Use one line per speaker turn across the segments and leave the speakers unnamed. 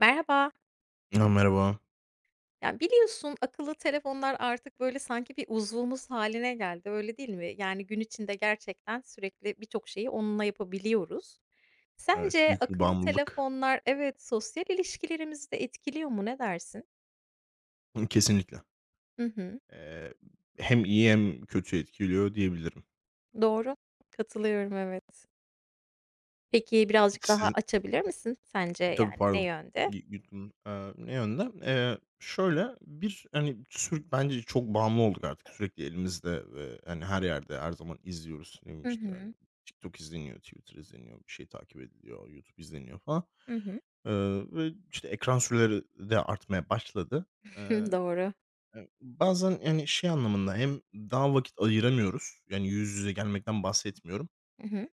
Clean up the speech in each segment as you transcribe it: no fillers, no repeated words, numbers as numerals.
Merhaba.
A, merhaba.
Ya biliyorsun akıllı telefonlar artık böyle sanki bir uzvumuz haline geldi, öyle değil mi? Yani gün içinde gerçekten sürekli birçok şeyi onunla yapabiliyoruz.
Evet,
Sence
büyük bir
akıllı
bağımlılık.
telefonlar evet sosyal ilişkilerimizi de etkiliyor mu? Ne dersin?
Kesinlikle.
Hı hı.
Eee, Hem iyi hem kötü etkiliyor diyebilirim.
Doğru. Katılıyorum evet. Peki birazcık daha
Sizin
açabilir misin sence
Tabii,
yani ne
pardon.
yönde?
Yutundum. Ne yönde? Şöyle, bir, hani, bence çok bağımlı olduk artık. Sürekli elimizde ve, hani, her yerde her zaman izliyoruz. Ne bileyim,
Hı
işte,
hı.
hani, TikTok izleniyor, Twitter izleniyor, bir şey takip ediliyor, YouTube izleniyor falan.
Hı hı.
Ve, işte, ekran süreleri de artmaya başladı. Eee
Doğru.
Bazen, yani, şey anlamında hem daha vakit ayıramıyoruz, yani, yüz yüze gelmekten bahsetmiyorum.
Hı hı.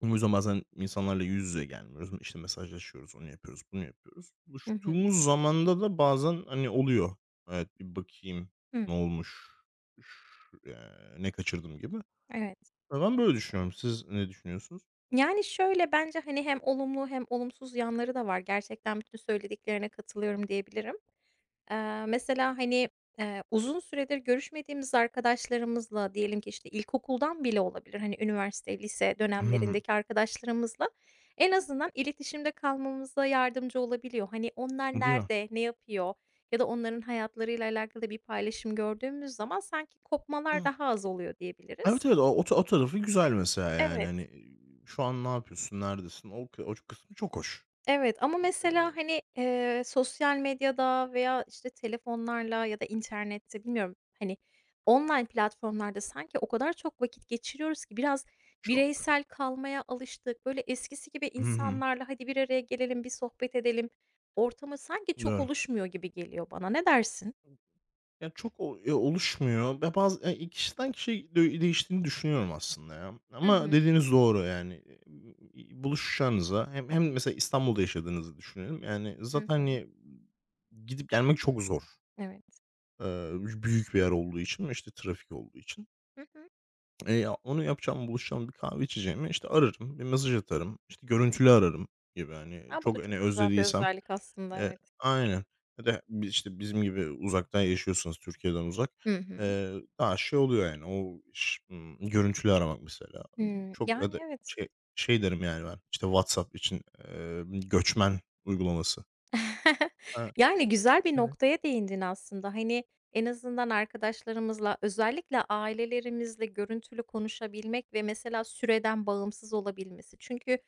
O yüzden bazen insanlarla yüz yüze gelmiyoruz. İşte, mesajlaşıyoruz, onu yapıyoruz, bunu yapıyoruz.
Hı hı.
Buluştuğumuz zamanda da bazen, hani, oluyor. Evet, bir bakayım ne
Hıı.
olmuş, ş ne kaçırdım gibi.
Evet.
Ben böyle düşünüyorum. Siz ne düşünüyorsunuz?
Yani, şöyle, bence, hani, hem olumlu hem olumsuz yanları da var. Gerçekten bütün söylediklerine katılıyorum diyebilirim. Mesela, hani, uzun süredir görüşmediğimiz arkadaşlarımızla diyelim ki, işte, ilkokuldan bile olabilir, hani, üniversite, lise
Hımm.
dönemlerindeki arkadaşlarımızla en azından iletişimde kalmamıza yardımcı olabiliyor. Hani, onlar
Değil mi?
nerede, ne yapıyor ya da onların hayatlarıyla alakalı bir paylaşım gördüğümüz zaman sanki kopmalar
Hıh.
daha az oluyor
Evet,
diyebiliriz.
evet. O tarafı güzel mesela, yani, hani,
Evet.
şu an ne yapıyorsun, neredesin? O kısmı çok hoş.
Evet ama
Eee,
mesela, hani, sosyal medyada veya, işte, telefonlarla ya da internette bilmiyorum, hani, online platformlarda sanki o kadar çok vakit geçiriyoruz ki biraz
Çok.
bireysel kalmaya alıştık. Böyle eskisi gibi
Hı hı.
insanlarla hadi bir araya gelelim, bir sohbet edelim ortamı sanki çok
Doğru.
oluşmuyor gibi geliyor bana. Ne dersin?
Ya, çok o oluşmuyor ve bazı i kişiden kişiye değiştiğini düşünüyorum aslında ya.
Hı
Ama
hı.
dediğiniz doğru yani, buluşacağınıza hem mesela İstanbul'da yaşadığınızı düşünelim. Yani,
Hı
zaten,
hı.
hani, gidip gelmek çok zor.
Evet.
Eee, Büyük bir yer olduğu için ve, işte, trafik olduğu için.
Hı hı.
Ya, onu yapacağım, buluşacağım, bir kahve içeceğime, işte, ararım, bir mesaj atarım, işte, görüntülü ararım gibi, hani,
A, bu da
çok, hani,
çok güzel bir
özlediysem.
özellik aslında,
Eee,
evet.
aynen. Ya da bi işte, bizim gibi uzaktan yaşıyorsanız Türkiye'den uzak,
Hı hı.
eee, daha şey oluyor yani o ş görüntülü aramak mesela.
Hımm.
Çok ya
Yani
da
evet.
şey şey derim yani ben, işte, WhatsApp için, göçmen uygulaması. Ha,
Yani, güzel bir
evet.
noktaya değindin aslında. Hani, en azından arkadaşlarımızla, özellikle ailelerimizle görüntülü konuşabilmek ve mesela süreden bağımsız olabilmesi. Çünkü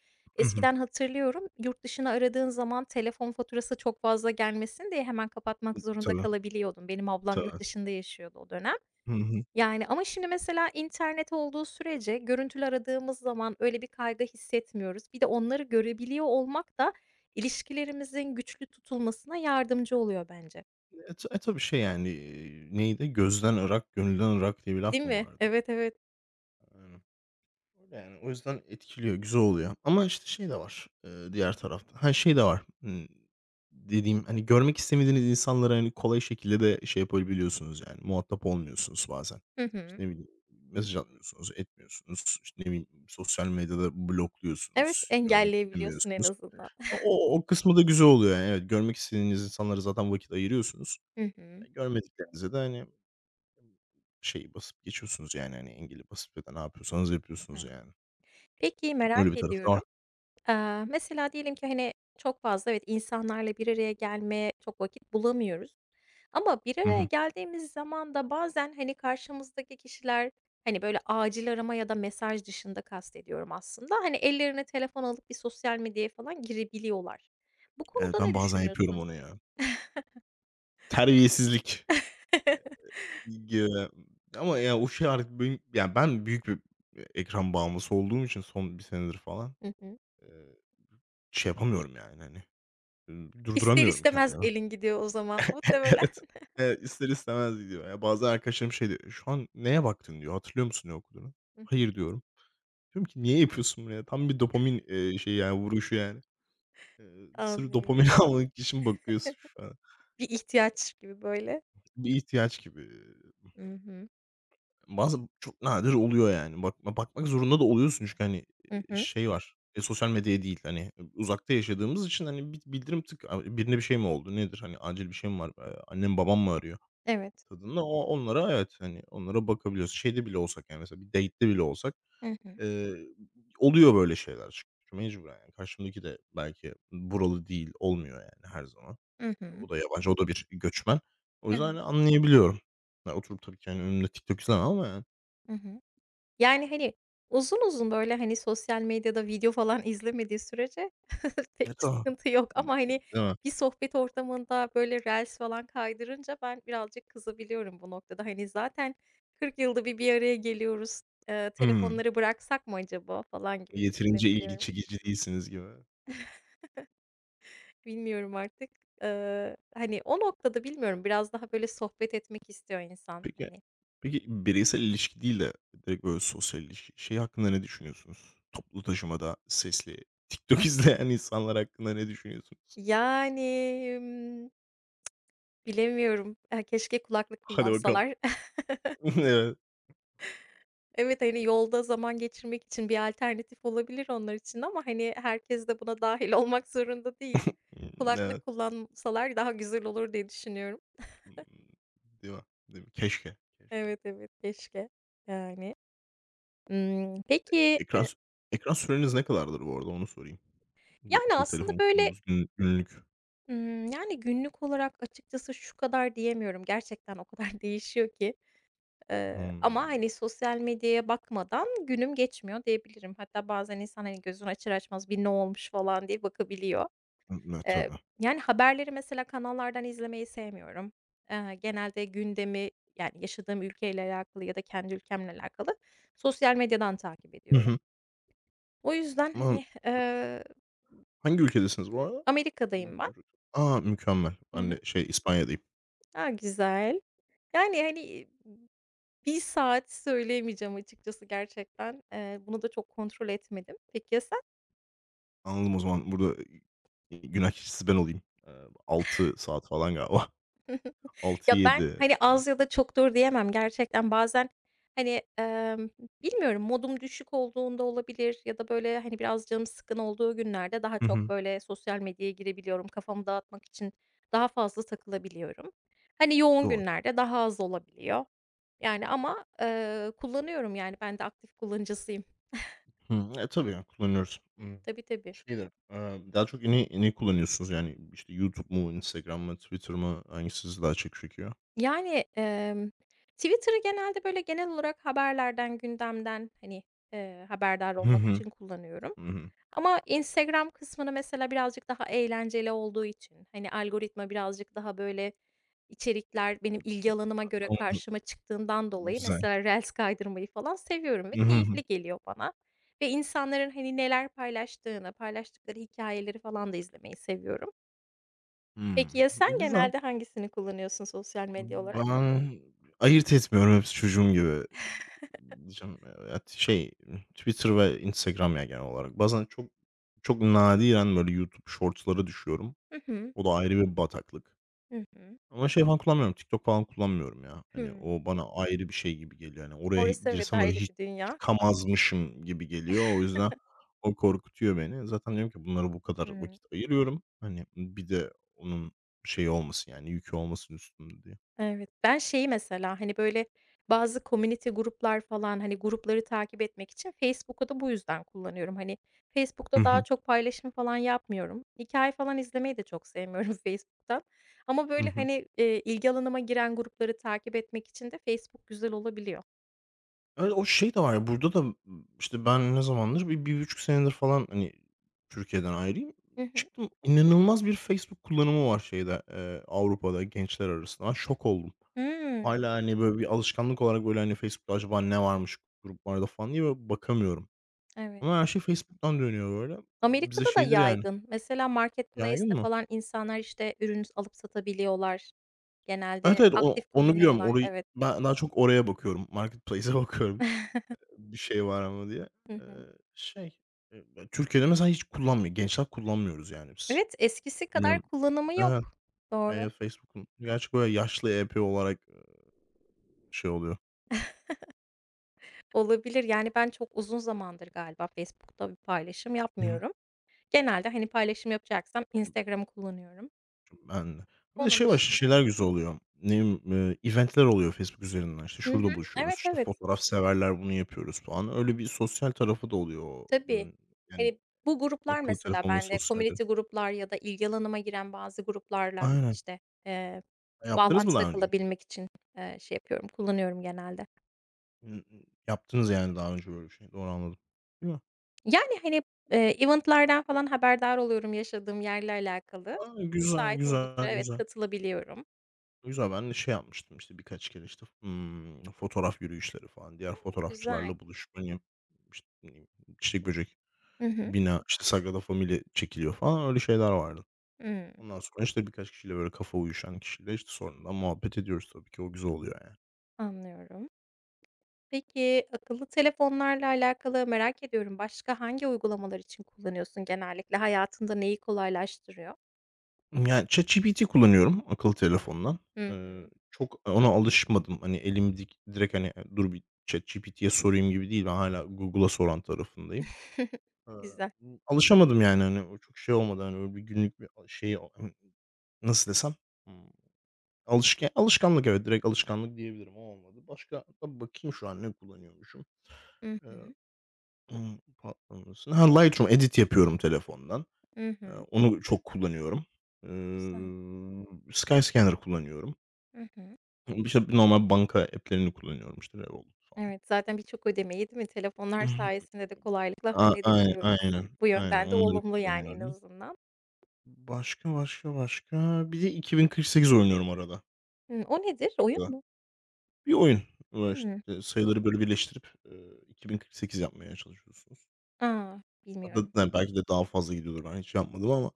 Hı hı.
eskiden hatırlıyorum, yurt dışını aradığın zaman telefon faturası çok fazla gelmesin diye hemen kapatmak zorunda
Tabii,
kalabiliyordum. Benim ablam yurt
tabii.
dışında yaşıyordu o dönem.
Hı hı.
Yani, ama şimdi mesela internet olduğu sürece görüntülü aradığımız zaman öyle bir kaygı hissetmiyoruz. Bir de onları görebiliyor olmak da ilişkilerimizin güçlü tutulmasına yardımcı oluyor bence.
Tabii şey yani, neydi? "Gözden Irak, gönülden Irak" diye bir
Değil
laf mı
mi?
vardı?
Evet, evet.
Aynen. Öyle yani, o yüzden etkiliyor, güzel oluyor ama, işte, şey de var, diğer tarafta. Ha, şey de var, dediğim, hani, görmek istemediğiniz insanlara, hani, kolay şekilde de şey yapabiliyorsunuz yani, muhatap olmuyorsunuz bazen.
Hı hı.
İşte, ne bileyim, mesaj atmıyorsunuz, etmiyorsunuz, işte, ne bileyim, sosyal medyada
Evet,
blokluyorsunuz, görmek
engelleyebiliyorsun en
istemiyorsunuz.
azından.
O kısmı da güzel oluyor yani, evet. Görmek istediğiniz insanlara zaten vakit ayırıyorsunuz.
Hı hı.
E, görmediklerinize de, hani, şey basıp geçiyorsunuz yani, hani, engeli basıp ya da ne yapıyorsanız yapıyorsunuz
Hımm.
yani.
Peki,
Öyle
merak
bir tarafı da
ediyorum.
var.
Aaa, mesela diyelim ki, hani, çok fazla evet, insanlarla bir araya gelmeye çok vakit bulamıyoruz. Ama bir
Hı
araya
hı.
geldiğimiz zaman da bazen, hani, karşımızdaki kişiler, hani, böyle, acil arama ya da mesaj dışında kastediyorum aslında, hani, ellerine telefon alıp bir sosyal medyaya falan girebiliyorlar. Bu
Evet,
konuda ne
ben bazen yapıyorum
düşünüyorsun?
onu ya. Terbiyesizlik gibi ama ya o şey artık benim ya ben büyük bir ekran bağımlısı olduğum için son bir senedir falan,
Hı hı.
eee, şey yapamıyorum yani, hani,
İster
durduramıyorum kendimi.
istemez elin gidiyor o zaman muhtemelen.
Evet. Evet, ister istemez gidiyor. Ya, bazen arkadaşlarım şey diyor, "Şu an neye baktın?" diyor. "Hatırlıyor musun ne okuduğunu?"
Hı hı.
"Hayır." diyorum. Diyorum ki, "Niye yapıyorsun bunu ya?" Tam bir dopamin, şeyi yani vuruşu yani. Sırf dopamin
Anlıyorum.
almak için bakıyorsun şu an.
Bir
Eee,
ihtiyaç gibi böyle.
Bir ihtiyaç gibi.
Hı hı.
Bazen çok nadir oluyor yani. Bakmak zorunda da oluyorsun çünkü, hani,
Hı hı.
şey var, e, sosyal medyaya değil, hani, e, uzakta yaşadığımız için, hani, bir bildirim tık a birine bir şey mi oldu, nedir, hani, acil bir şey mi var, annem babam mı arıyor
Evet.
tadında onlara evet, hani, onlara bakabiliyorsun. Şeyde bile olsak yani mesela bir date'te bile olsak,
Hı hı.
eee, oluyor böyle şeyler çünkü mecburen yani. Karşımdaki de belki buralı değil, olmuyor yani her zaman.
Hı hı.
O da yabancı, o da bir göçmen. O yüzden, hani,
Evet.
anlayabiliyorum. Ya, oturup tabii ki, hani, önümde TikTok izlemem ama yani.
Hı hı. Yani, hani, uzun uzun, böyle, hani, sosyal medyada video falan izlemediği sürece pek
E, tamam.
sıkıntı yok
Imm,
ama, hani,
Değil mi?
bir sohbet ortamında, böyle, reels falan kaydırınca ben birazcık kızabiliyorum bu noktada. Hani, zaten 40 yılda bir bir araya geliyoruz,
Hımm.
telefonları bıraksak mı acaba falan gibi
Yeterince ilgi
düşünebiliyorum.
çekici değilsiniz gibi.
Bilmiyorum artık. Hani, o noktada bilmiyorum, biraz daha, böyle, sohbet etmek istiyor insan,
Peki
hani.
peki bireysel ilişki değil de direkt böyle sosyal ilişki, şey hakkında ne düşünüyorsunuz? Toplu taşımada sesli TikTok izleyen insanlar hakkında ne düşünüyorsunuz?
Yani, ımm, bilemiyorum. Ya, keşke kulaklık
Hadi bakalım.
kullansalar.
Evet.
Evet, hani, yolda zaman geçirmek için bir alternatif olabilir onlar için ama, hani, herkes de buna dahil olmak zorunda değil.
Imm, evet.
Kulaklık kullansalar daha güzel olur diye düşünüyorum.
Imm, değil mi? Değil mi? Keşke, keşke.
Evet, evet, keşke, yani. Peki,
Ekran sü ekran süreniz ne kadardır bu arada onu sorayım. Bu
yani,
akıllı
aslında,
telefon
böyle,
kullanımınız günlük.
yani, günlük olarak açıkçası şu kadar diyemiyorum. Gerçekten o kadar değişiyor ki, ama,
Hımm.
hani, sosyal medyaya bakmadan günüm geçmiyor diyebilirim. Hatta bazen insan, hani, gözünü açar açmaz bir ne olmuş falan diye bakabiliyor.
Ne
Eee,
tabii.
yani, haberleri mesela kanallardan izlemeyi sevmiyorum. Genelde gündemi, yani, yaşadığım ülkeyle alakalı ya da kendi ülkemle alakalı sosyal medyadan takip
Hı
ediyorum.
hı.
O yüzden,
An
hani,
Hangi ülkedesiniz bu arada?
Amerika'dayım ben.
A, mükemmel.
Hı
Ben
hı.
de şey İspanya'dayım.
A, güzel. Yani, hani, bir saat söyleyemeyeceğim açıkçası gerçekten. Bunu da çok kontrol etmedim. Peki ya.
Anladım o zaman burada, günah keçisi ben olayım. 6 saat falan galiba. Altı
Ya, ben,
yedi
hani,
falan.
az ya da çoktur diyemem. Gerçekten bazen, hani, bilmiyorum modum düşük olduğunda olabilir ya da, böyle, hani, biraz canım sıkkın olduğu günlerde daha
Hı
çok,
hı.
böyle, sosyal medyaya girebiliyorum. Kafamı dağıtmak için daha fazla takılabiliyorum. Hani, yoğun
Doğru.
günlerde daha az olabiliyor. Yani ama, kullanıyorum, yani, ben de aktif kullanıcısıyım.
Hımm. E, tabii ya kullanıyoruz. Imm,
Tabii, tabii.
şeyde, daha çok ne kullanıyorsunuz? Yani, işte, YouTube mu, Instagram mı, Twitter mı? Hangisi sizi daha çok çekiyor?
Yani, Twitter'ı genelde, böyle, genel olarak haberlerden, gündemden, hani, haberdar
Hı
olmak için
hı.
kullanıyorum.
Hı hı.
Ama Instagram kısmını mesela birazcık daha eğlenceli olduğu için, hani, algoritma birazcık daha, böyle, içerikler benim ilgi alanıma göre
Anladım.
karşıma çıktığından dolayı
Güzel.
mesela reels kaydırmayı falan seviyorum ve
Hı
keyifli
hı.
geliyor bana ve insanların, hani, neler paylaştığını, paylaştıkları hikayeleri falan da izlemeyi seviyorum. Peki
Hımm.
ya sen
Güzel.
genelde hangisini kullanıyorsun sosyal medya olarak?
Ben ayırt etmiyorum, hepsi çocuğum gibi. Diyeceğim, evet, şey, Twitter ve Instagram ya genel olarak. Bazen çok nadiren böyle YouTube Shorts'lara düşüyorum.
Hı hı.
O da ayrı bir bataklık.
Hı hı.
Ama şey falan kullanmıyorum, TikTok falan kullanmıyorum ya. Hani o
Hımm.
bana ayrı bir şey gibi geliyor. Hani oraya
Orası evet,
girsem öyle
ayrı
hiç
bir dünya.
çıkamazmışım gibi geliyor. O yüzden o korkutuyor beni. Zaten diyorum ki bunlara bu kadar
Hımm.
vakit ayırıyorum. Hani bir de onun şeyi olmasın yani yükü olmasın üstümde diye.
Evet. Ben şeyi mesela, hani, böyle, bazı community gruplar falan, hani, grupları takip etmek için Facebook'u da bu yüzden kullanıyorum. Hani,
Hı
Facebook'ta daha
hı.
çok paylaşım falan yapmıyorum. Hikâye falan izlemeyi de çok sevmiyorum Facebook'tan. Ama,
Hı
böyle,
hı.
hani, ilgi alanıma giren grupları takip etmek için de Facebook güzel olabiliyor.
Evet, o şey de var ya, burada da, işte, ben ne zamandır, bir bir buçuk senedir falan, hani, Türkiye'den ayrıyım.
Hı hı.
Çıktım, inanılmaz bir Facebook kullanımı var şeyde, Avrupa'da gençler arasında. Ben şok oldum.
Hımm.
Hala hani, böyle bir alışkanlık olarak, böyle, hani, Facebook'ta acaba ne varmış gruplarda falan diye böyle bakamıyorum. Ama
Evet.
her şey Facebook'tan dönüyor böyle. Bize
Amerika'da da
şeydir yani.
yaygın. Mesela
Yaygın
marketplace'te
mı?
falan insanlar, işte, ürün alıp satabiliyorlar.
Evet,
Genelde
evet,
aktif
onu biliyorum.
kullanıyorlar,
Orayı
evet.
ben daha çok oraya bakıyorum. Marketplace'e bakıyorum. Bir şey var ama diye.
Hı
Eee,
hı.
Şey, eee, Türkiye'de mesela hiç kullanmıyor. Gençler kullanmıyoruz yani biz.
Evet, eskisi kadar
Bilmiyorum.
kullanımı
Evet.
yok. Doğru.
Yani Facebook'un gerçi böyle yaşlı EP olarak, şey oluyor.
Olabilir. Yani, ben çok uzun zamandır galiba Facebook'ta bir paylaşım
Hı.
yapmıyorum. Genelde, hani, paylaşım yapacaksam Instagram'ı kullanıyorum.
Ben de. Bir de
Onun
şey var, işte,
dışında
şeyler
evet.
güzel oluyor. Ne bileyim, event'ler oluyor Facebook üzerinden. İşte
Hı
şurada
hı.
buluşuyoruz,
Evet,
işte,
evet.
fotoğraf severler bunu yapıyoruz falan. Öyle bir sosyal tarafı da oluyor o,
Tabii.
yani
Hani, bu gruplar
akıllı
mesela
telefonla
bende
sosyal.
community gruplar ya da ilgi alanıma giren bazı gruplarla,
Aynen.
işte, eee,
Yaptınız mı
bağlantıda
daha önce?
kalabilmek için, şey yapıyorum, kullanıyorum genelde.
Imm, yaptınız yani daha önce böyle bir şey. Doğru anladım. Değil mi?
Yani, hani, event'lardan falan haberdar oluyorum yaşadığım yerle alakalı.
A, güzel,
Müsait oldukça
güzel,
evet,
güzel.
katılabiliyorum.
Güzel, ben de şey yapmıştım, işte, birkaç kere, işte, fotoğraf yürüyüşleri falan, diğer
Hımm, güzel.
fotoğrafçılarla buluşmayı, işte, ne bileyim, çiçek böcek,
Hı hı.
bina, işte, Sagrada Familia çekiliyor falan, öyle şeyler vardı.
Hımm,
Ondan sonra, işte, birkaç kişiyle, böyle, kafa uyuşan kişiyle, işte, sonradan muhabbet ediyoruz tabii ki. O güzel oluyor yani.
anlıyorum. Peki, akıllı telefonlarla alakalı merak ediyorum, başka hangi uygulamalar için kullanıyorsun genellikle? Hayatında neyi kolaylaştırıyor?
Yani, ChatGPT kullanıyorum akıllı telefondan.
Hı hı.
Ona alışmadım. Hani, elim dik direkt, hani, "Dur bir ChatGPT'ye sorayım." gibi değil. Ben hâlâ Google'a soran tarafındayım. Iıı,
Güzel.
Alışamadım yani, hani, o çok şey olmadı, hani, öyle bir günlük bir şey o nasıl desem, ımm, alışkanlık evet, direkt alışkanlık diyebilirim. O olmadı. Başka tabii bakayım şu an ne kullanıyormuşum.
Hı
Eee,
hı.
Patlamasın. Ha, Lightroom edit yapıyorum telefondan.
Hı hı.
Onu çok kullanıyorum.
Güzel.
Iıı, Skyscanner kullanıyorum.
Hı hı.
İşte, normal banka app'lerini kullanıyorum, işte, Revolut falan.
Evet, zaten birçok ödemeyi, değil mi,
I
telefonlar
hı.
sayesinde de kolaylıkla
A ay
halledebiliyoruz.
aynen,
Bu
aynen
yönden de
onları
olumlu yani en
kullanıyorum.
azından.
Başka bir de 2048 oynuyorum arada.
Hımm, o nedir?
O
Oyun
kadar.
mu?
Bir oyun. Böyle,
Hımm.
işte, sayıları böyle birleştirip, 2048 yapmaya çalışıyorsunuz.
A! Bilmiyorum.
Hatta yani belki de daha fazla gidiyordur. Ben hiç yapmadım ama,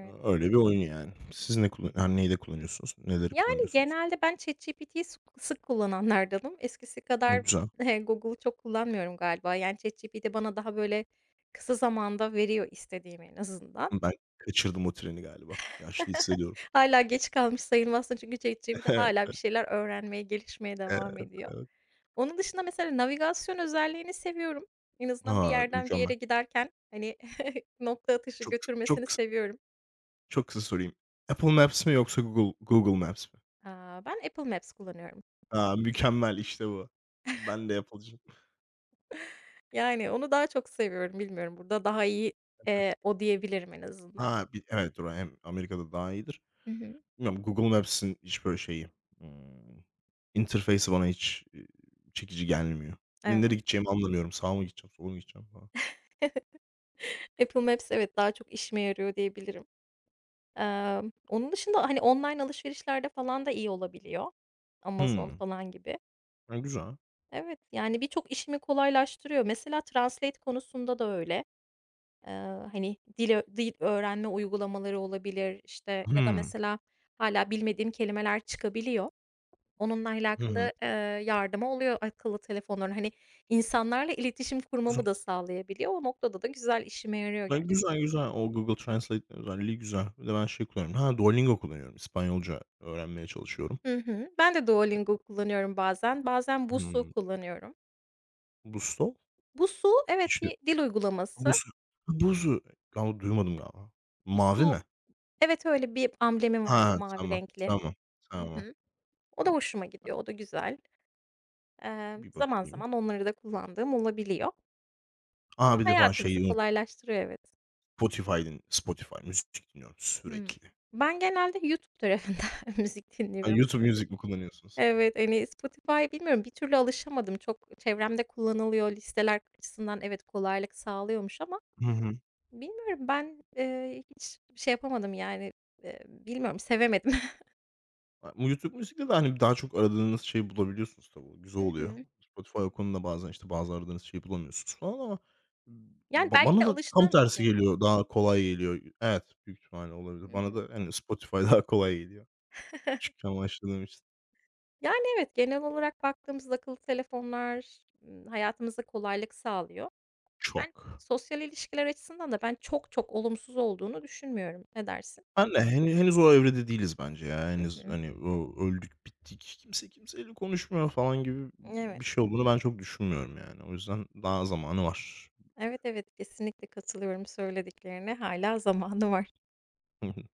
öyle bir oyun yani. Siz ne kullan yani neyde kullanıyorsunuz? Neleri
Yani,
kullanıyorsunuz?
genelde ben ChatGPT'yi sık sık kullananlardanım. Eskisi
Hı,
kadar,
güzel.
Google'u çok kullanmıyorum galiba. Yani, ChatGPT bana daha, böyle, kısa zamanda veriyor istediğimi en azından.
Ben kaçırdım o treni galiba. Yaşlı hissediyorum.
Hâlâ geç kalmış sayılmazsın çünkü ChatGPT hâlâ bir şeyler öğrenmeye, gelişmeye
Evet,
devam
evet,
ediyor.
evet.
Onun dışında mesela navigasyon özelliğini seviyorum. En azından bir
A!
yerden bir yere
Mükemmel.
giderken, hani, nokta atışı
Çok çok
götürmesini
kısa
seviyorum.
çok kısa sorayım. Apple Maps mi yoksa Google Maps mi?
Aaa, ben Apple Maps kullanıyorum.
Ha mükemmel, işte bu. Ben de Apple'cıyım.
Yani, onu daha çok seviyorum, bilmiyorum. Burada daha iyi,
Evet.
o diyebilirim en azından.
Ha, bir evet, dur, hem Amerika'da daha iyidir.
Hı hı,
Bilmiyorum, Google Maps'in hiç böyle şeyi, ımm, interface'i bana hiç, çekici gelmiyor. Nereye
evet.
gideceğimi anlamıyorum. Sağa mı gideceğim, sola mı gideceğim falan.
Apple Maps evet, daha çok işime yarıyor diyebilirim. Onun dışında, hani, online alışverişlerde falan da iyi olabiliyor. Amazon
Hımm.
falan gibi.
Ha, güzel.
Evet, yani, birçok işimi kolaylaştırıyor. Mesela translate konusunda da öyle. Eee, hani, dil ö dil öğrenme uygulamaları olabilir, işte, ya da
Hımm.
mesela hala bilmediğim kelimeler çıkabiliyor. Onunla
Hı hı.
alakalı, yardımı oluyor akıllı telefonların. Hani, insanlarla iletişim
Güzel.
kurmamı da sağlayabiliyor. O noktada da güzel işime yarıyor
Ha,
gerçekten.
güzel, güzel. O Google Translate özelliği güzel. Bir de ben şey kullanıyorum. Ha, Duolingo kullanıyorum. İspanyolca öğrenmeye çalışıyorum.
Hı hı. Ben de Duolingo kullanıyorum bazen. Bazen Busuu
Hımm.
kullanıyorum.
Bustos?
Busuu, evet,
İşte,
bir dil uygulaması.
Buzu Buzu. Galiba duymadım galiba. Mavi
Busuu.
mi?
Evet, öyle bir amblemim
Ha,
vardı mavi renkli. Hı
tamam,
hı. O da
tamam.
hoşuma gidiyor, o da güzel. Eee,
Bir
zaman
bakayım.
zaman onları da kullandığım olabiliyor
A,
ama
bir de falan
hayatımızı
şeyi unut.
kolaylaştırıyor, evet.
Spotify müzik dinliyorum
Hımm.
sürekli.
Ben genelde YouTube tarafında müzik
Ha,
dinliyorum.
YouTube Music
Spotify.
mi kullanıyorsunuz?
Evet, hani, Spotify bilmiyorum bir türlü alışamadım. Çok çevremde kullanılıyor. Listeler açısından evet, kolaylık sağlıyormuş ama
Hı hı.
bilmiyorum ben, hiç şey yapamadım yani, bilmiyorum sevemedim.
A bu YouTube Music'te de, hani, daha çok aradığınız şeyi bulabiliyorsunuz tabii. O güzel
Hı
oluyor.
hı.
Spotify o konuda bazen, işte, bazı aradığınız şeyi bulamıyorsunuz falan ama
Yani, belki
bana
de
da tam
alıştığım
tersi
için.
geliyor. Daha kolay geliyor. Evet, büyük ihtimalle
Hı
olabilir. Bana
hı.
da, hani, Spotify daha kolay geliyor. Küçükken başladığım için.
Yani, evet, genel olarak baktığımızda akıllı telefonlar, hayatımıza kolaylık sağlıyor. Ben
Çok.
sosyal ilişkiler açısından da ben çok çok olumsuz olduğunu düşünmüyorum. Ne dersin?
Ben de henüz o evrede değiliz bence ya.
Hı
Henüz,
hı.
hani, o öldük, bittik, kimse kimseyle konuşmuyor falan gibi bir
Evet.
şey olduğunu ben çok düşünmüyorum yani. O yüzden daha zamanı var.
Evet, evet, kesinlikle katılıyorum söylediklerine. Hala zamanı var.